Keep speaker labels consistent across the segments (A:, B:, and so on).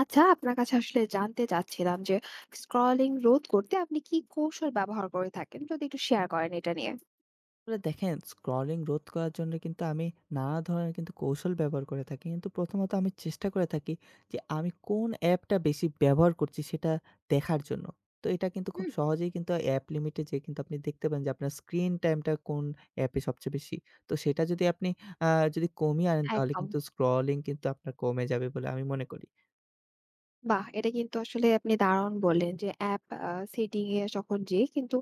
A: আচ্ছা, আপনার কাছে আসলে জানতে চাচ্ছিলাম যে স্ক্রলিং রোধ করতে আপনি কি কৌশল ব্যবহার করে থাকেন? যদি একটু শেয়ার করেন এটা নিয়ে।
B: আসলে দেখেন, স্ক্রলিং রোধ করার জন্য কিন্তু আমি নানা ধরনের কিন্তু কৌশল ব্যবহার করে থাকি। কিন্তু প্রথমত আমি চেষ্টা করে থাকি যে আমি কোন অ্যাপটা বেশি ব্যবহার করছি সেটা দেখার জন্য। তো এটা কিন্তু খুব
A: হুম।
B: সহজেই কিন্তু অ্যাপ লিমিটে যেয়ে কিন্তু আপনি দেখতে পান যে আপনার স্ক্রিন টাইমটা কোন অ্যাপে সবচেয়ে বেশি। তো সেটা যদি আপনি আ যদি কমিয়ে আনেন তাহলে
A: একদম।
B: কিন্তু স্ক্রলিং কিন্তু আপনার কমে যাবে বলে আমি মনে করি।
A: বাহ! এটা কিন্তু আসলে আপনি দারুণ বললেন যে অ্যাপ সেটিং এ যখন যেয়ে কিন্তু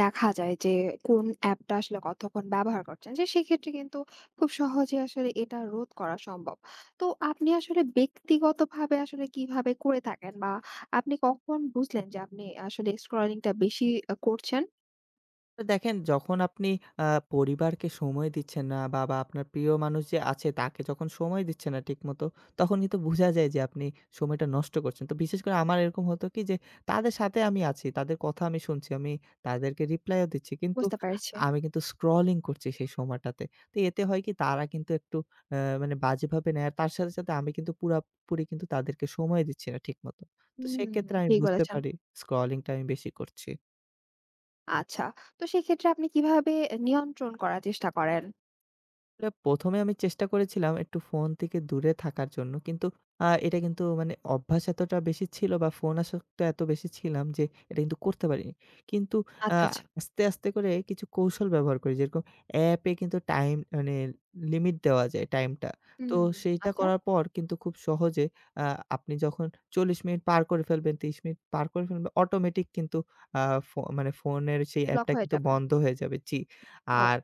A: দেখা যায় যে কোন অ্যাপটা আসলে কতক্ষণ ব্যবহার করছেন। যে সেক্ষেত্রে কিন্তু খুব সহজে আসলে এটা রোধ করা সম্ভব। তো আপনি আসলে ব্যক্তিগতভাবে আসলে কিভাবে করে থাকেন? বা আপনি কখন বুঝলেন যে আপনি আসলে স্ক্রলিংটা বেশি করছেন?
B: তো দেখেন, যখন আপনি আ পরিবারকে সময় দিচ্ছেন না বা আপনার প্রিয় মানুষ যে আছে তাকে যখন সময় দিচ্ছেন না ঠিকমতো, তখন কিন্তু বোঝা যায় যে আপনি সময়টা নষ্ট করছেন। তো বিশেষ করে আমার এরকম হতো কি, যে তাদের সাথে আমি আছি, তাদের কথা আমি শুনছি, আমি তাদেরকে রিপ্লাইও দিচ্ছি। কিন্তু
A: বুঝতে পারছি।
B: আমি কিন্তু স্ক্রলিং করছি সেই সময়টাতে। তো এতে হয় কি, তারা কিন্তু একটু আ মানে বাজেভাবে নেয়। আর তার সাথে, সাথে আমি কিন্তু পুরাপুরি কিন্তু তাদেরকে সময় দিচ্ছি না ঠিকমতো। তো
A: হুম, হুম,
B: সেক্ষেত্রে
A: হুম,
B: আমি
A: ঠিক
B: বুঝতে
A: বলেছেন।
B: পারি স্ক্রলিংটা আমি বেশি করছি।
A: আচ্ছা। তো সেক্ষেত্রে আপনি কিভাবে এ নিয়ন্ত্রণ করার চেষ্টা করেন?
B: আসলে ১ম এ আমি চেষ্টা করেছিলাম একটু ফোন থেকে দূরে থাকার জন্য। কিন্তু এটা কিন্তু মানে অভ্যাস এতটা বেশি ছিল বা ফোন আসক্ত এত বেশি ছিলাম যে এটা কিন্তু করতে পারিনি। কিন্তু আ
A: আচ্ছা, আচ্ছা।
B: আস্তে, আস্তে করে কিছু কৌশল ব্যবহার করি। যেরকম অ্যাপে কিন্তু টাইম মানে লিমিট দেওয়া যায় টাইমটা।
A: হুম,
B: তো সেইটা
A: আচ্ছা
B: করার পর কিন্তু খুব সহজে আ আপনি যখন ৪০ মিনিট পার করে ফেলবেন, ৩০ মিনিট পার করে ফেলবেন অটোমেটিক কিন্তু আ ফো মানে ফোনের সেই
A: ব্লক
B: অ্যাপটা
A: হয়ে
B: কিন্তু
A: যাবে।
B: বন্ধ হয়ে যাবে। জি।
A: ও।
B: আর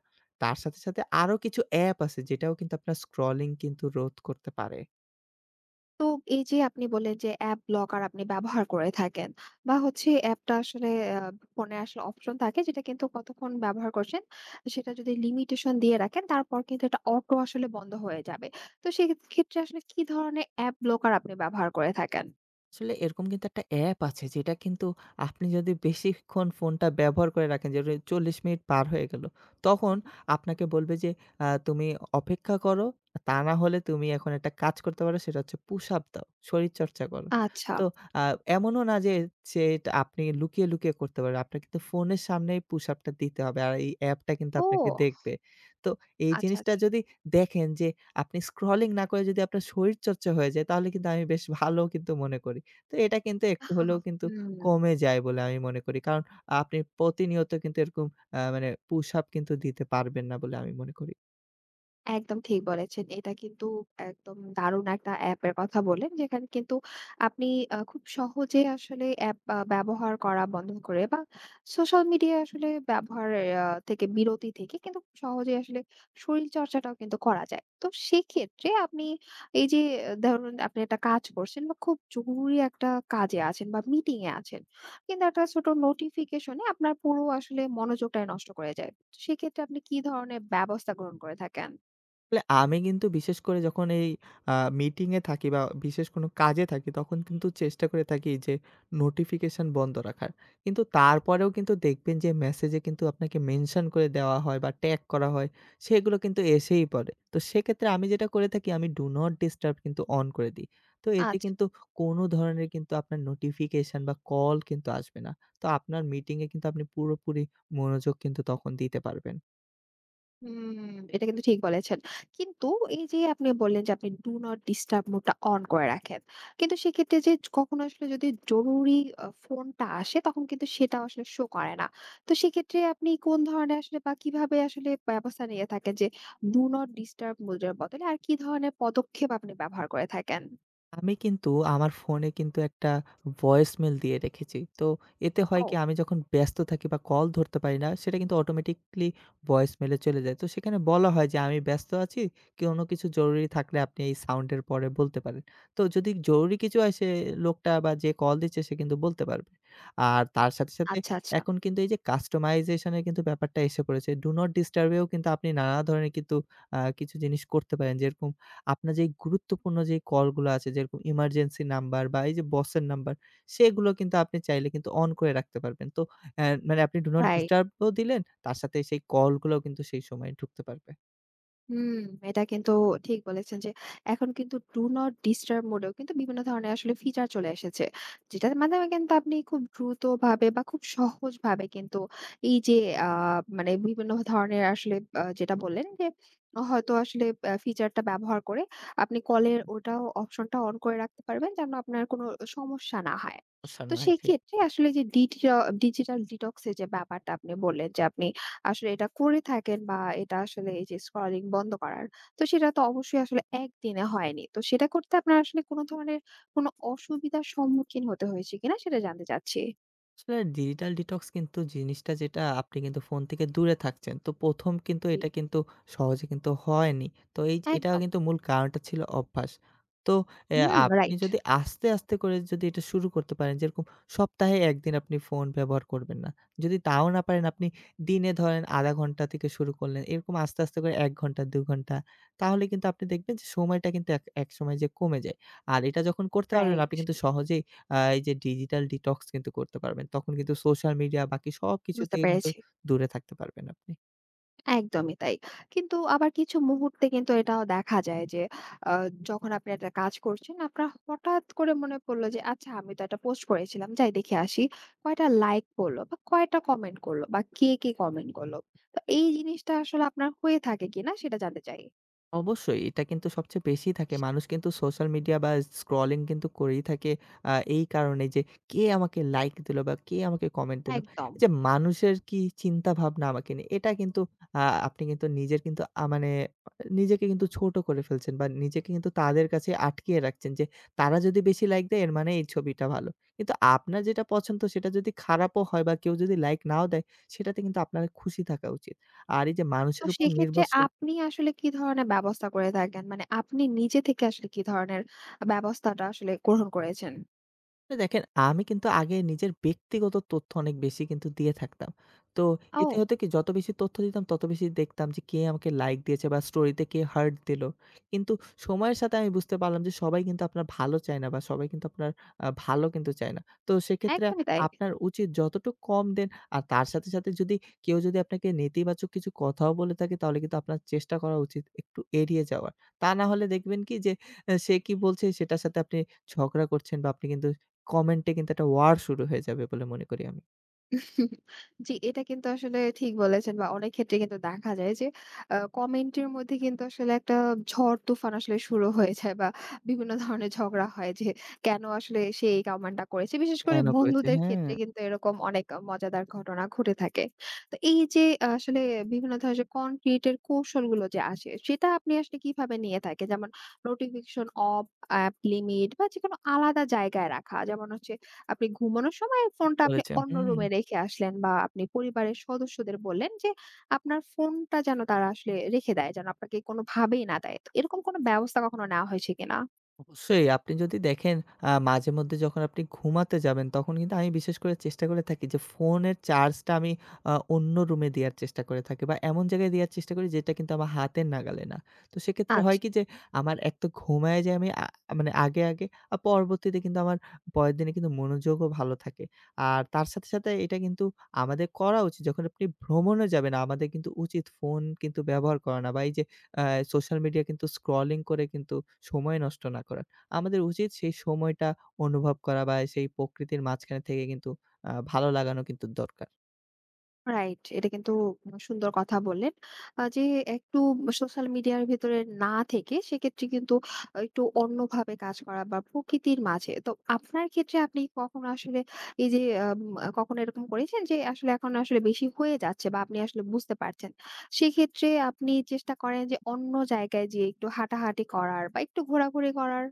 B: তার সাথে, সাথে আরো কিছু অ্যাপ আছে যেটাও কিন্তু আপনার স্ক্রলিং কিন্তু রোধ করতে পারে।
A: তো এই যে আপনি বললেন যে অ্যাপ ব্লকার আপনি ব্যবহার করে থাকেন বা হচ্ছে অ্যাপটা আসলে আ ফোনে আসলে অপশন থাকে যেটা কিন্তু কতক্ষণ ব্যবহার করছেন সেটা যদি লিমিটেশন দিয়ে রাখেন তারপর কিন্তু এটা অটো আসলে বন্ধ হয়ে যাবে। তো সেক্ষেত্রে আসলে কি ধরনের অ্যাপ ব্লকার আপনি ব্যবহার করে থাকেন?
B: আসলে এরকম কিন্তু একটা অ্যাপ আছে যেটা কিন্তু আপনি যদি বেশিক্ষণ ফোনটা ব্যবহার করে রাখেন, যেটা ৪০ মিনিট পার হয়ে গেল, তখন
A: হুম।
B: আপনাকে বলবে যে তুমি অপেক্ষা করো। তা না হলে তুমি এখন একটা কাজ করতে পারো, সেটা হচ্ছে পুশ আপ দাও, শরীরচর্চা করো।
A: আচ্ছা।
B: তো আ এমনও না যে যে এটা আপনি লুকিয়ে, লুকিয়ে করতে পারেন। আপনার কিন্তু ফোনের সামনেই পুশ আপটা দিতে হবে। আর এই অ্যাপটা কিন্তু আপনাকে
A: ও!
B: দেখবে। তো এই
A: আচ্ছা,
B: জিনিসটা
A: আচ্ছা।
B: যদি দেখেন যে আপনি স্ক্রলিং না করে যদি আপনার শরীরচর্চা হয়ে যায় তাহলে কিন্তু আমি বেশ ভালো কিন্তু মনে করি। তো এটা কিন্তু
A: হ্যাঁ,
B: একটু হলেও
A: হ্যাঁ,
B: কিন্তু
A: হুম।
B: কমে যায় বলে আমি মনে করি। কারণ আপনি প্রতিনিয়ত কিন্তু এরকম মানে পুশ আপ কিন্তু দিতে পারবেন না বলে আমি মনে করি।
A: একদম ঠিক বলেছেন। এটা কিন্তু একদম দারুণ একটা অ্যাপের কথা বললেন। যেখানে কিন্তু আপনি খুব সহজে আসলে অ্যাপ ব্যবহার করা বন্ধ করে বা সোশ্যাল মিডিয়া আসলে ব্যবহার থেকে বিরতি থেকে কিন্তু খুব সহজেই আসলে শরীরচর্চাটাও কিন্তু করা যায়। তো সেক্ষেত্রে আপনি এই যে ধরুন আপনি একটা কাজ করছেন বা খুব জরুরি একটা কাজে আছেন বা মিটিং এ আছেন। কিন্তু একটা ছোট নোটিফিকেশনে আপনার পুরো আসলে মনোযোগটাই নষ্ট করে যায়। তো সেক্ষেত্রে আপনি কি ধরনের ব্যবস্থা গ্রহণ করে থাকেন?
B: আসলে আমি কিন্তু বিশেষ করে যখন এই আ মিটিং এ থাকি বা বিশেষ কোনো কাজে থাকি তখন কিন্তু চেষ্টা করে থাকি যে নোটিফিকেশন বন্ধ রাখার। কিন্তু তারপরেও কিন্তু দেখবেন যে মেসেজে কিন্তু আপনাকে মেনশন করে দেওয়া হয় বা ট্যাগ করা হয়, সেগুলো কিন্তু এসেই পড়ে। তো সেক্ষেত্রে আমি যেটা করে থাকি, আমি ডু নট ডিস্টার্ব কিন্তু অন করে দিই। তো এতে
A: আচ্ছা।
B: কিন্তু কোনো ধরনের কিন্তু আপনার নোটিফিকেশন বা কল কিন্তু আসবে না। তো আপনার মিটিং এ কিন্তু আপনি পুরোপুরি মনোযোগ কিন্তু তখন দিতে পারবেন।
A: হুম, এটা কিন্তু ঠিক বলেছেন। কিন্তু এই যে আপনি বললেন যে আপনি ডু নট ডিস্টার্ব মোড টা অন করে রাখেন। কিন্তু সেক্ষেত্রে যে কখনো আসলে যদি জরুরি ফোনটা আসে তখন কিন্তু সেটাও আসলে শো করে না। তো সেক্ষেত্রে আপনি কোন ধরনের আসলে বা কিভাবে আসলে ব্যবস্থা নিয়ে থাকেন যে ডু নট ডিস্টার্ব মোড এর বদলে আর কি ধরনের পদক্ষেপ আপনি ব্যবহার করে থাকেন?
B: আমি কিন্তু আমার ফোনে কিন্তু একটা ভয়েসমেইল দিয়ে রেখেছি। তো এতে হয়
A: ও
B: কি, আমি যখন ব্যস্ত থাকি বা কল ধরতে পারি না, সেটা কিন্তু অটোমেটিক্যালি ভয়েসমেইলে চলে যায়। তো সেখানে বলা হয় যে আমি ব্যস্ত আছি, কোনো কিছু জরুরি থাকলে আপনি এই সাউন্ডের পরে বলতে পারেন। তো যদি জরুরি কিছু হয় সে লোকটা বা যে কল দিচ্ছে সে কিন্তু বলতে পারবে। আর তার সাথে, সাথে
A: আচ্ছা, আচ্ছা।
B: এখন কিন্তু এই যে কাস্টমাইজেশন এর কিন্তু ব্যাপারটা এসে পড়েছে। ডু নট ডিস্টার্ব এও কিন্তু আপনি নানা ধরনের কিন্তু কিছু জিনিস করতে পারেন। যেরকম আপনার যেই গুরুত্বপূর্ণ যেই কলগুলো আছে যেরকম ইমার্জেন্সি নাম্বার বা এই যে বসের নাম্বার, সেগুলো কিন্তু আপনি চাইলে কিন্তু অন করে রাখতে পারবেন। তো মানে আপনি ডু নট
A: রাইট।
B: ডিস্টার্ব ও দিলেন, তার সাথে সেই কলগুলোও কিন্তু সেই সময়ে ঢুকতে পারবে।
A: হুম, এটা কিন্তু ঠিক বলেছেন যে এখন কিন্তু ডু নট ডিস্টার্ব মোডেও কিন্তু বিভিন্ন ধরনের আসলে ফিচার চলে এসেছে। যেটার মাধ্যমে কিন্তু আপনি খুব দ্রুতভাবে বা খুব সহজভাবে কিন্তু এই যে আ মানে বিভিন্ন ধরনের আসলে যেটা বললেন যে হয়তো আসলে ফিচারটা ব্যবহার করে আপনি কলের ওটাও অপশনটা অন করে রাখতে পারবেন যেন আপনার কোনো সমস্যা না হয়।
B: সমস্যা
A: তো
B: নয়।
A: সেক্ষেত্রে আসলে যে ডিজিটাল ডিটক্স এর যে ব্যাপারটা আপনি বললেন যে আপনি আসলে এটা করে থাকেন বা এটা আসলে এই যে স্ক্রলিং বন্ধ করার। তো সেটা তো অবশ্যই আসলে একদিনে হয়নি। তো সেটা করতে আপনার আসলে কোন ধরনের কোন অসুবিধার সম্মুখীন হতে হয়েছে কিনা সেটা জানতে চাচ্ছি?
B: আসলে ডিজিটাল ডিটক্স কিন্তু জিনিসটা যেটা আপনি কিন্তু ফোন থেকে দূরে থাকছেন। তো ১ম কিন্তু
A: জি।
B: এটা কিন্তু সহজে কিন্তু হয়নি। তো এই এটা
A: একদম।
B: কিন্তু মূল কারণটা ছিল অভ্যাস। তো
A: হুম,
B: আপনি
A: রাইট,
B: যদি আস্তে, আস্তে করে যদি এটা শুরু করতে পারেন, যেরকম সপ্তাহে ১ দিন আপনি ফোন ব্যবহার করবেন না। যদি তাও না পারেন আপনি দিনে ধরেন ০.৫ ঘন্টা থেকে শুরু করলেন। এরকম আস্তে, আস্তে করে ১ ঘন্টা, ২ ঘন্টা, তাহলে কিন্তু আপনি দেখবেন যে সময়টা কিন্তু এক একসময় যেয়ে কমে যায়। আর এটা যখন করতে পারবেন
A: রাইট।
B: আপনি কিন্তু সহজেই এই যে ডিজিটাল ডিটক্স কিন্তু করতে পারবেন। তখন কিন্তু সোশ্যাল মিডিয়া বাকি সবকিছু
A: বুঝতে
B: থেকে কিন্তু
A: পেরেছি।
B: দূরে থাকতে পারবেন আপনি।
A: একদমই তাই। কিন্তু আবার কিছু মুহূর্তে কিন্তু এটাও দেখা যায় যে, আ যখন আপনি একটা কাজ করছেন, আপনার হঠাৎ করে মনে পড়লো যে, "আচ্ছা আমি তো একটা পোস্ট করেছিলাম। যাই দেখে আসি। কয়টা লাইক পড়লো বা কয়টা কমেন্ট করলো বা কে, কে কমেন্ট করলো?" তো এই জিনিসটা আসলে আপনার হয়ে থাকে কিনা সেটা জানতে চাই।
B: অবশ্যই এটা কিন্তু সবচেয়ে বেশি থাকে। মানুষ কিন্তু সোশ্যাল মিডিয়া বা স্ক্রলিং কিন্তু করেই থাকে এই কারণে যে কে আমাকে লাইক দিল বা কে আমাকে কমেন্ট দিল।
A: একদম।
B: এই যে মানুষের কি চিন্তাভাবনা আমাকে নিয়ে, এটা কিন্তু আ আপনি কিন্তু নিজের কিন্তু মানে নিজেকে কিন্তু ছোট করে ফেলছেন বা নিজেকে কিন্তু তাদের কাছে আটকিয়ে রাখছেন যে তারা যদি বেশি লাইক দেয় এর মানে এই ছবিটা ভালো। কিন্তু আপনার যেটা পছন্দ সেটা যদি খারাপও হয় বা কেউ যদি লাইক নাও দেয় সেটাতে কিন্তু আপনার খুশি থাকা উচিত। আর এই যে
A: তো
B: মানুষের উপর
A: সেক্ষেত্রে
B: নির্ভরশীল,
A: আপনি আসলে কি ধরনের ব্যবস্থা করে থাকেন? মানে আপনি নিজে থেকে আসলে কি ধরনের ব্যবস্থাটা আসলে গ্রহণ করেছেন?
B: তো দেখেন, আমি কিন্তু আগে নিজের ব্যক্তিগত তথ্য অনেক বেশি কিন্তু দিয়ে থাকতাম। তো এতে
A: ও!
B: হতো কি, যত বেশি তথ্য দিতাম তত বেশি দেখতাম যে কে আমাকে লাইক দিয়েছে বা স্টোরিতে কে হার্ট দিলো। কিন্তু সময়ের সাথে আমি বুঝতে পারলাম যে সবাই কিন্তু আপনার ভালো চায় না বা সবাই কিন্তু আপনার ভালো কিন্তু চায় না। তো সেক্ষেত্রে
A: একদমই তাই।
B: আপনার উচিত যতটুক কম দেন। আর তার সাথে, সাথে যদি কেউ যদি আপনাকে নেতিবাচক কিছু কথাও বলে থাকে তাহলে কিন্তু আপনার চেষ্টা করা উচিত একটু এড়িয়ে যাওয়ার। তা না হলে দেখবেন কি, যে এ সে কি বলছে সেটার সাথে আপনি ঝগড়া করছেন বা আপনি কিন্তু কমেন্টে কিন্তু একটা ওয়ার শুরু হয়ে যাবে বলে মনে করি আমি।
A: জি, এটা কিন্তু আসলে ঠিক বলেছেন বা অনেক ক্ষেত্রে কিন্তু দেখা যায় যে কমেন্টের মধ্যে কিন্তু আসলে একটা ঝড় তুফান আসলে শুরু হয়ে যায় বা বিভিন্ন ধরনের ঝগড়া হয় যে কেন আসলে সে এই কমেন্টটা করেছে। বিশেষ করে
B: কেন করেছে?
A: বন্ধুদের
B: হ্যাঁ,
A: ক্ষেত্রে কিন্তু এরকম অনেক মজাদার ঘটনা ঘটে থাকে। তো এই যে আসলে বিভিন্ন ধরনের কনক্রিট এর কৌশলগুলো যে আসে সেটা আপনি আসলে কিভাবে নিয়ে থাকে? যেমন নোটিফিকেশন অফ, অ্যাপ লিমিট বা যেকোনো আলাদা জায়গায় রাখা। যেমন হচ্ছে আপনি ঘুমানোর সময় ফোনটা আপনি
B: বলেছে।
A: অন্য
B: হুম।
A: রুমে রেখে আসলেন বা আপনি পরিবারের সদস্যদের বললেন যে আপনার ফোনটা যেন তারা আসলে রেখে দেয়, যেন আপনাকে কোনোভাবেই না দেয়। তো এরকম কোনো ব্যবস্থা কখনো নেওয়া হয়েছে কিনা?
B: অবশ্যই আপনি যদি দেখেন, মাঝেমধ্যে যখন আপনি ঘুমাতে যাবেন তখন কিন্তু আমি বিশেষ করে চেষ্টা করে থাকি যে ফোনের চার্জটা আমি অন্য রুমে দেওয়ার চেষ্টা করে থাকি বা এমন জায়গায় দেওয়ার চেষ্টা করি যেটা কিন্তু আমার হাতের নাগালে না। তো সেক্ষেত্রে
A: আচ্ছা।
B: হয় কি যে আমার এক তো ঘুমায়ে যাই আমি মানে আগে, আগে পরবর্তীতে কিন্তু আমার পরের দিনে কিন্তু মনোযোগও ভালো থাকে। আর তার সাথে, সাথে এটা কিন্তু আমাদের করা উচিত, যখন আপনি ভ্রমণে যাবেন আমাদের কিন্তু উচিত ফোন কিন্তু ব্যবহার করা না বা এই যে আ সোশ্যাল মিডিয়া কিন্তু স্ক্রলিং করে কিন্তু সময় নষ্ট না করার। আমাদের উচিত সেই সময়টা অনুভব করা বা সেই প্রকৃতির মাঝখানে থেকে কিন্তু ভালো লাগানো কিন্তু দরকার।
A: রাইট। এটা কিন্তু সুন্দর কথা বললেন। যে একটু সোশ্যাল মিডিয়ার ভেতরে না থেকে সেক্ষেত্রে কিন্তু একটু অন্যভাবে কাজ করা বা প্রকৃতির মাঝে। তো আপনার ক্ষেত্রে আপনি কখনো আসলে এই যে আম কখনো এরকম করেছেন যে আসলে এখন আসলে বেশি হয়ে যাচ্ছে বা আপনি আসলে বুঝতে পারছেন। সেক্ষেত্রে আপনি চেষ্টা করেন যে অন্য জায়গায় যেয়ে একটু হাঁটাহাঁটি করার বা একটু ঘোরাঘুরি করার?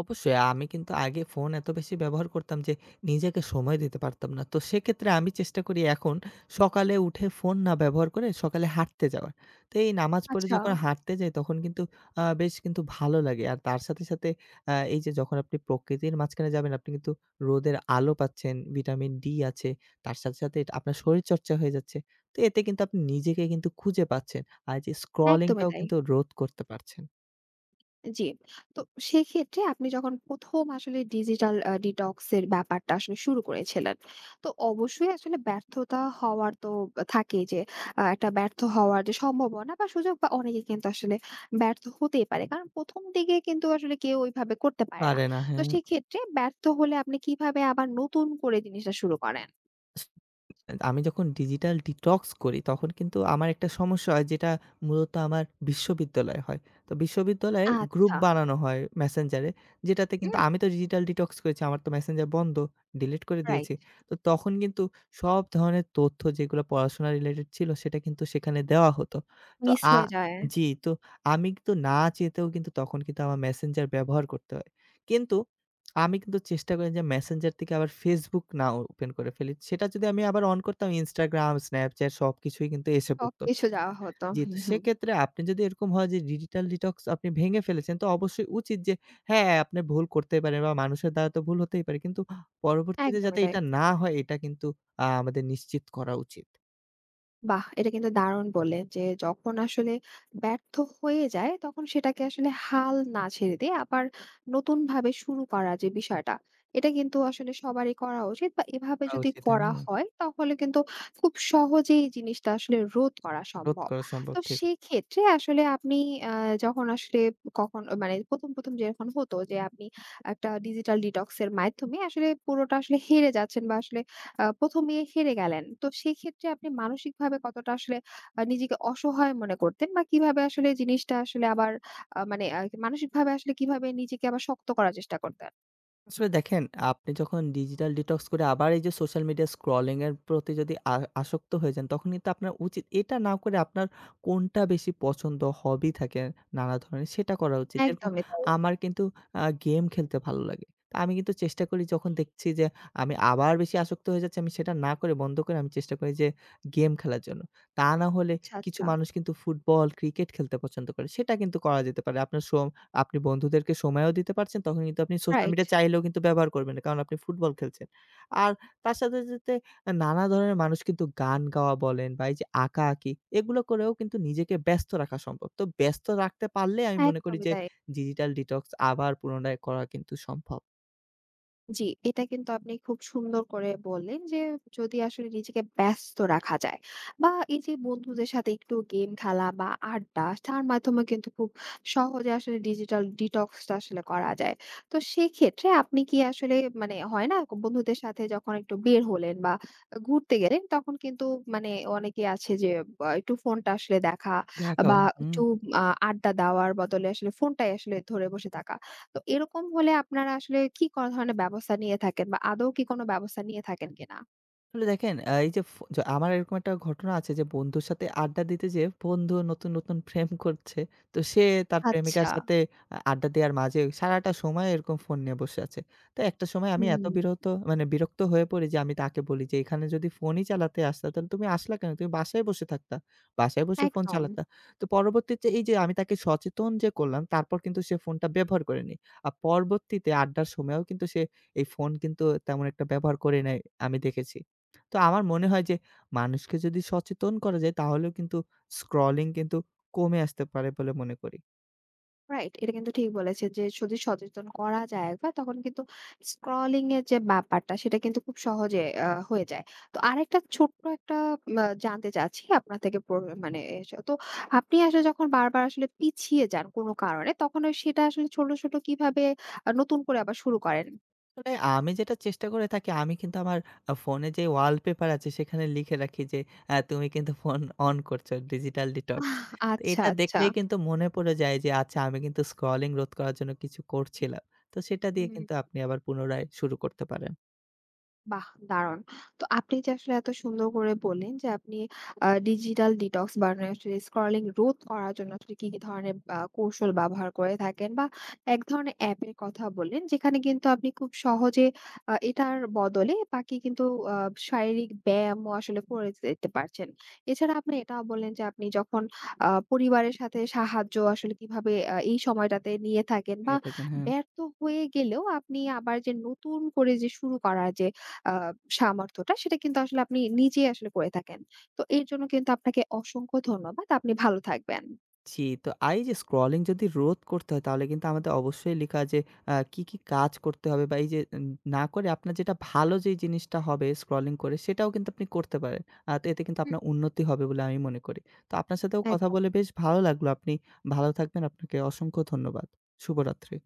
B: অবশ্যই আমি কিন্তু আগে ফোন এত বেশি ব্যবহার করতাম যে নিজেকে সময় দিতে পারতাম না। তো সেক্ষেত্রে আমি চেষ্টা করি এখন সকালে উঠে ফোন না ব্যবহার করে সকালে হাঁটতে যাওয়ার। তো এই নামাজ পড়ে
A: আচ্ছা।
B: যখন হাঁটতে যাই তখন কিন্তু বেশ কিন্তু ভালো লাগে। আর তার সাথে, সাথে এই যে যখন আপনি প্রকৃতির মাঝখানে যাবেন আপনি কিন্তু রোদের আলো পাচ্ছেন, ভিটামিন ডি আছে। তার সাথে, সাথে এটা আপনার শরীরচর্চা হয়ে যাচ্ছে। তো এতে কিন্তু আপনি নিজেকে কিন্তু খুঁজে পাচ্ছেন। আর যে
A: একদমই
B: স্ক্রলিংটাও
A: তাই।
B: কিন্তু রোধ করতে পারছেন।
A: জি। তো সেক্ষেত্রে আপনি যখন ১ম আসলে ডিজিটাল ডিটক্স এর ব্যাপারটা আসলে শুরু করেছিলেন, তো অবশ্যই আসলে ব্যর্থতা হওয়ার তো থাকে যে একটা ব্যর্থ হওয়ার যে সম্ভাবনা বা সুযোগ বা অনেকে কিন্তু আসলে ব্যর্থ হতেই পারে। কারণ ১ম দিকে কিন্তু আসলে কেউ ওইভাবে করতে পারে না।
B: পারে না,
A: তো
B: হ্যাঁ।
A: সেক্ষেত্রে ব্যর্থ হলে আপনি কিভাবে আবার নতুন করে জিনিসটা শুরু করেন?
B: আমি যখন ডিজিটাল ডিটক্স করি তখন কিন্তু আমার একটা সমস্যা হয় যেটা মূলত আমার বিশ্ববিদ্যালয়ে হয়। তো বিশ্ববিদ্যালয়ে গ্রুপ
A: আচ্ছা।
B: বানানো হয় Messenger এ, যেটাতে কিন্তু
A: হুম,
B: আমি তো ডিজিটাল ডিটক্স করেছি। আমার তো Messenger বন্ধ, ডিলিট করে দিয়েছি।
A: রাইট।
B: তো তখন কিন্তু সব ধরনের তথ্য যেগুলো পড়াশোনা রিলেটেড ছিল সেটা কিন্তু সেখানে দেওয়া হতো। তো
A: মিস হয়ে যায়।
B: জি, তো আমি কিন্তু না চেতেও কিন্তু তখন কিন্তু আমার Messenger ব্যবহার করতে হয়। কিন্তু আমি কিন্তু চেষ্টা করি যে Messenger থেকে আবার Facebook না ওপেন করে ফেলি। সেটা যদি আমি আবার অন করতাম Instagram, Snapchat সবকিছুই কিন্তু এসে পড়তো।
A: সবকিছু যাওয়া হতো।
B: জি, তো
A: হুম, হুম।
B: সেক্ষেত্রে আপনি যদি এরকম হয় যে ডিজিটাল ডিটক্স আপনি ভেঙে ফেলেছেন তো অবশ্যই উচিত যে হ্যাঁ, আপনি ভুল করতেই পারেন বা মানুষের দ্বারা তো ভুল হতেই পারে। কিন্তু পরবর্তীতে
A: একদমই
B: যাতে
A: তাই।
B: এটা না হয় এটা কিন্তু আমাদের নিশ্চিত করা উচিত।
A: বাহ! এটা কিন্তু দারুণ বললেন যে, যখন আসলে ব্যর্থ হয়ে যায়, তখন সেটাকে আসলে হাল না ছেড়ে দিয়ে আবার নতুনভাবে শুরু করা যে বিষয়টা, এটা কিন্তু আসলে সবারই করা উচিত বা এভাবে
B: করা
A: যদি
B: উচিত,
A: করা
B: হ্যাঁ।
A: হয়, তাহলে কিন্তু খুব সহজেই এই জিনিসটা আসলে রোধ করা
B: রোধ
A: সম্ভব।
B: করা সম্ভব,
A: তো
B: ঠিক।
A: সেক্ষেত্রে আসলে আপনি আ যখন আসলে কখন মানে ১ম যেরকম হতো যে, আপনি একটা ডিজিটাল ডিটক্স এর মাধ্যমে আসলে পুরোটা আসলে হেরে যাচ্ছেন বা আসলে ১ম এ হেরে গেলেন। তো সেক্ষেত্রে আপনি মানসিকভাবে কতটা আসলে নিজেকে অসহায় মনে করতেন? বা কিভাবে আসলে জিনিসটা আসলে আবার মানে মানসিকভাবে আসলে কিভাবে নিজেকে আবার শক্ত করার চেষ্টা করতেন?
B: আসলে দেখেন, আপনি যখন ডিজিটাল ডিটক্স করে আবার এই যে সোশ্যাল মিডিয়া স্ক্রলিং এর প্রতি যদি আসক্ত হয়ে যান, তখন কিন্তু আপনার উচিত এটা না করে আপনার কোনটা বেশি পছন্দ, হবি থাকে নানা ধরনের, সেটা করা উচিত। যেরকম
A: একদমই তাই।
B: আমার কিন্তু গেম খেলতে ভালো লাগে। তো আমি কিন্তু চেষ্টা করি যখন দেখছি যে আমি আবার বেশি আসক্ত হয়ে যাচ্ছি, আমি সেটা না করে বন্ধ করে আমি চেষ্টা করি যে গেম খেলার জন্য। তা না হলে
A: আচ্ছা,
B: কিছু
A: আচ্ছা।
B: মানুষ কিন্তু ফুটবল, ক্রিকেট খেলতে পছন্দ করে। সেটা কিন্তু করা যেতে পারে। আপনার সম আপনি বন্ধুদেরকে সময়ও দিতে পারছেন, তখন কিন্তু আপনি সোশ্যাল
A: রাইট।
B: মিডিয়া চাইলেও কিন্তু ব্যবহার করবেন না। কারণ আপনি ফুটবল খেলছেন। আর তার সাথে, সাথে নানা ধরনের মানুষ কিন্তু গান গাওয়া বলেন বা এই যে আঁকাআঁকি, এগুলো করেও কিন্তু নিজেকে ব্যস্ত রাখা সম্ভব। তো ব্যস্ত রাখতে পারলে আমি মনে করি
A: একদমই
B: যে
A: তাই।
B: ডিজিটাল ডিটক্স আবার পুনরায় করা কিন্তু সম্ভব।
A: জি, এটা কিন্তু আপনি খুব সুন্দর করে বললেন যে যদি আসলে নিজেকে ব্যস্ত রাখা যায় বা এই যে বন্ধুদের সাথে একটু গেম খেলা বা আড্ডা তার মাধ্যমে কিন্তু খুব সহজে আসলে ডিজিটাল ডিটক্সটা আসলে করা যায়। তো সেক্ষেত্রে আপনি কি আসলে মানে হয় না বন্ধুদের সাথে যখন একটু বের হলেন বা ঘুরতে গেলেন তখন কিন্তু মানে অনেকে আছে যে একটু ফোনটা আসলে দেখা
B: দেখা
A: বা
B: হয়। হুম।
A: একটু আড্ডা দেওয়ার বদলে আসলে ফোনটাই আসলে ধরে বসে থাকা। তো এরকম হলে আপনারা আসলে কি কোন ধরনের ব্যবস্থা নিয়ে থাকেন বা আদৌ কি কোনো ব্যবস্থা নিয়ে থাকেন কিনা?
B: আসলে দেখেন, আ এই যে ফ য আমার এরকম একটা ঘটনা আছে যে বন্ধুর সাথে আড্ডা দিতে যেয়ে বন্ধু নতুন, নতুন প্রেম করছে। তো সে তার প্রেমিকার
A: আচ্ছা।
B: সাথে আড্ডা দেওয়ার মাঝে সারাটা সময় এরকম ফোন নিয়ে বসে আছে। তো একটা সময় আমি এত
A: হুম।
B: মানে বিরক্ত হয়ে পড়ি যে আমি তাকে বলি যে, "এখানে যদি ফোনই চালাতে আসতা তাহলে তুমি আসলা কেন? তুমি বাসায় বসে থাকতা। বাসায় বসে ফোন
A: একদম।
B: চালাতা।" তো পরবর্তীতে এই যে আমি তাকে সচেতন যে করলাম তারপর কিন্তু সে ফোনটা ব্যবহার করেনি। আর পরবর্তীতে আড্ডার সময়েও কিন্তু সে এই ফোন কিন্তু তেমন একটা ব্যবহার করে নাই, আমি দেখেছি। তো আমার মনে হয় যে মানুষকে যদি সচেতন করা যায় তাহলেও কিন্তু স্ক্রলিং কিন্তু কমে আসতে পারে বলে মনে করি।
A: রাইট। এটা কিন্তু ঠিক বলেছেন যে যদি সচেতন করা যায় একবার তখন কিন্তু স্ক্রলিং এর যে ব্যাপারটা সেটা কিন্তু খুব সহজে হয়ে যায়। তো আরেকটা ছোট্ট একটা জানতে চাচ্ছি আপনার থেকে মানে তো আপনি আসলে যখন বারবার আসলে পিছিয়ে যান কোনো কারণে তখন ওই সেটা আসলে ছোট, ছোট কিভাবে নতুন করে আবার শুরু করেন?
B: তবে আমি যেটা চেষ্টা করে থাকি, আমি কিন্তু আমার ফোনে যে ওয়ালপেপার আছে সেখানে লিখে রাখি যে তুমি কিন্তু ফোন অন করছো ডিজিটাল ডিটক্স। তো
A: আচ্ছা,
B: এটা
A: আচ্ছা।
B: দেখলেই কিন্তু মনে পড়ে যায় যে আচ্ছা আমি কিন্তু স্ক্রলিং রোধ করার জন্য কিছু করছিলাম। তো সেটা দিয়ে
A: হুম।
B: কিন্তু আপনি আবার পুনরায় শুরু করতে পারেন।
A: বাহ! দারুণ। তো আপনি যে আসলে এত সুন্দর করে বললেন যে আপনি ডিজিটাল ডিটক্স বা আসলে স্ক্রলিং রোধ করার জন্য আসলে কি, কি ধরনের কৌশল ব্যবহার করে থাকেন বা এক ধরনের অ্যাপের কথা বললেন যেখানে কিন্তু আপনি খুব সহজে এটার বদলে বাকি কিন্তু আ শারীরিক ব্যায়ামও আসলে করে যেতে পারছেন। এছাড়া আপনি এটাও বললেন যে আপনি যখন পরিবারের সাথে সাহায্য আসলে কিভাবে এই সময়টাতে নিয়ে থাকেন বা
B: নিয়ে থাকেন, হ্যাঁ।
A: ব্যর্থ হয়ে গেলেও আপনি আবার যে নতুন করে যে শুরু করার যে আ সামর্থ্যটা সেটা কিন্তু আসলে আপনি নিজেই আসলে করে থাকেন। তো এর জন্য কিন্তু আপনাকে অসংখ্য ধন্যবাদ। আপনি ভালো থাকবেন।
B: জি, তো এই যে স্ক্রলিং যদি রোধ করতে হয় তাহলে কিন্তু আমাদের অবশ্যই লিখা যে কি, কি কাজ করতে হবে বা এই যে না করে আপনার যেটা ভালো যেই জিনিসটা হবে স্ক্রলিং করে সেটাও কিন্তু আপনি করতে পারেন। তো এতে কিন্তু
A: হুম।
B: আপনার উন্নতি হবে বলে আমি মনে করি। তো আপনার সাথেও কথা
A: একদম।
B: বলে বেশ ভালো লাগলো। আপনি ভালো থাকবেন। আপনাকে অসংখ্য ধন্যবাদ। শুভরাত্রি।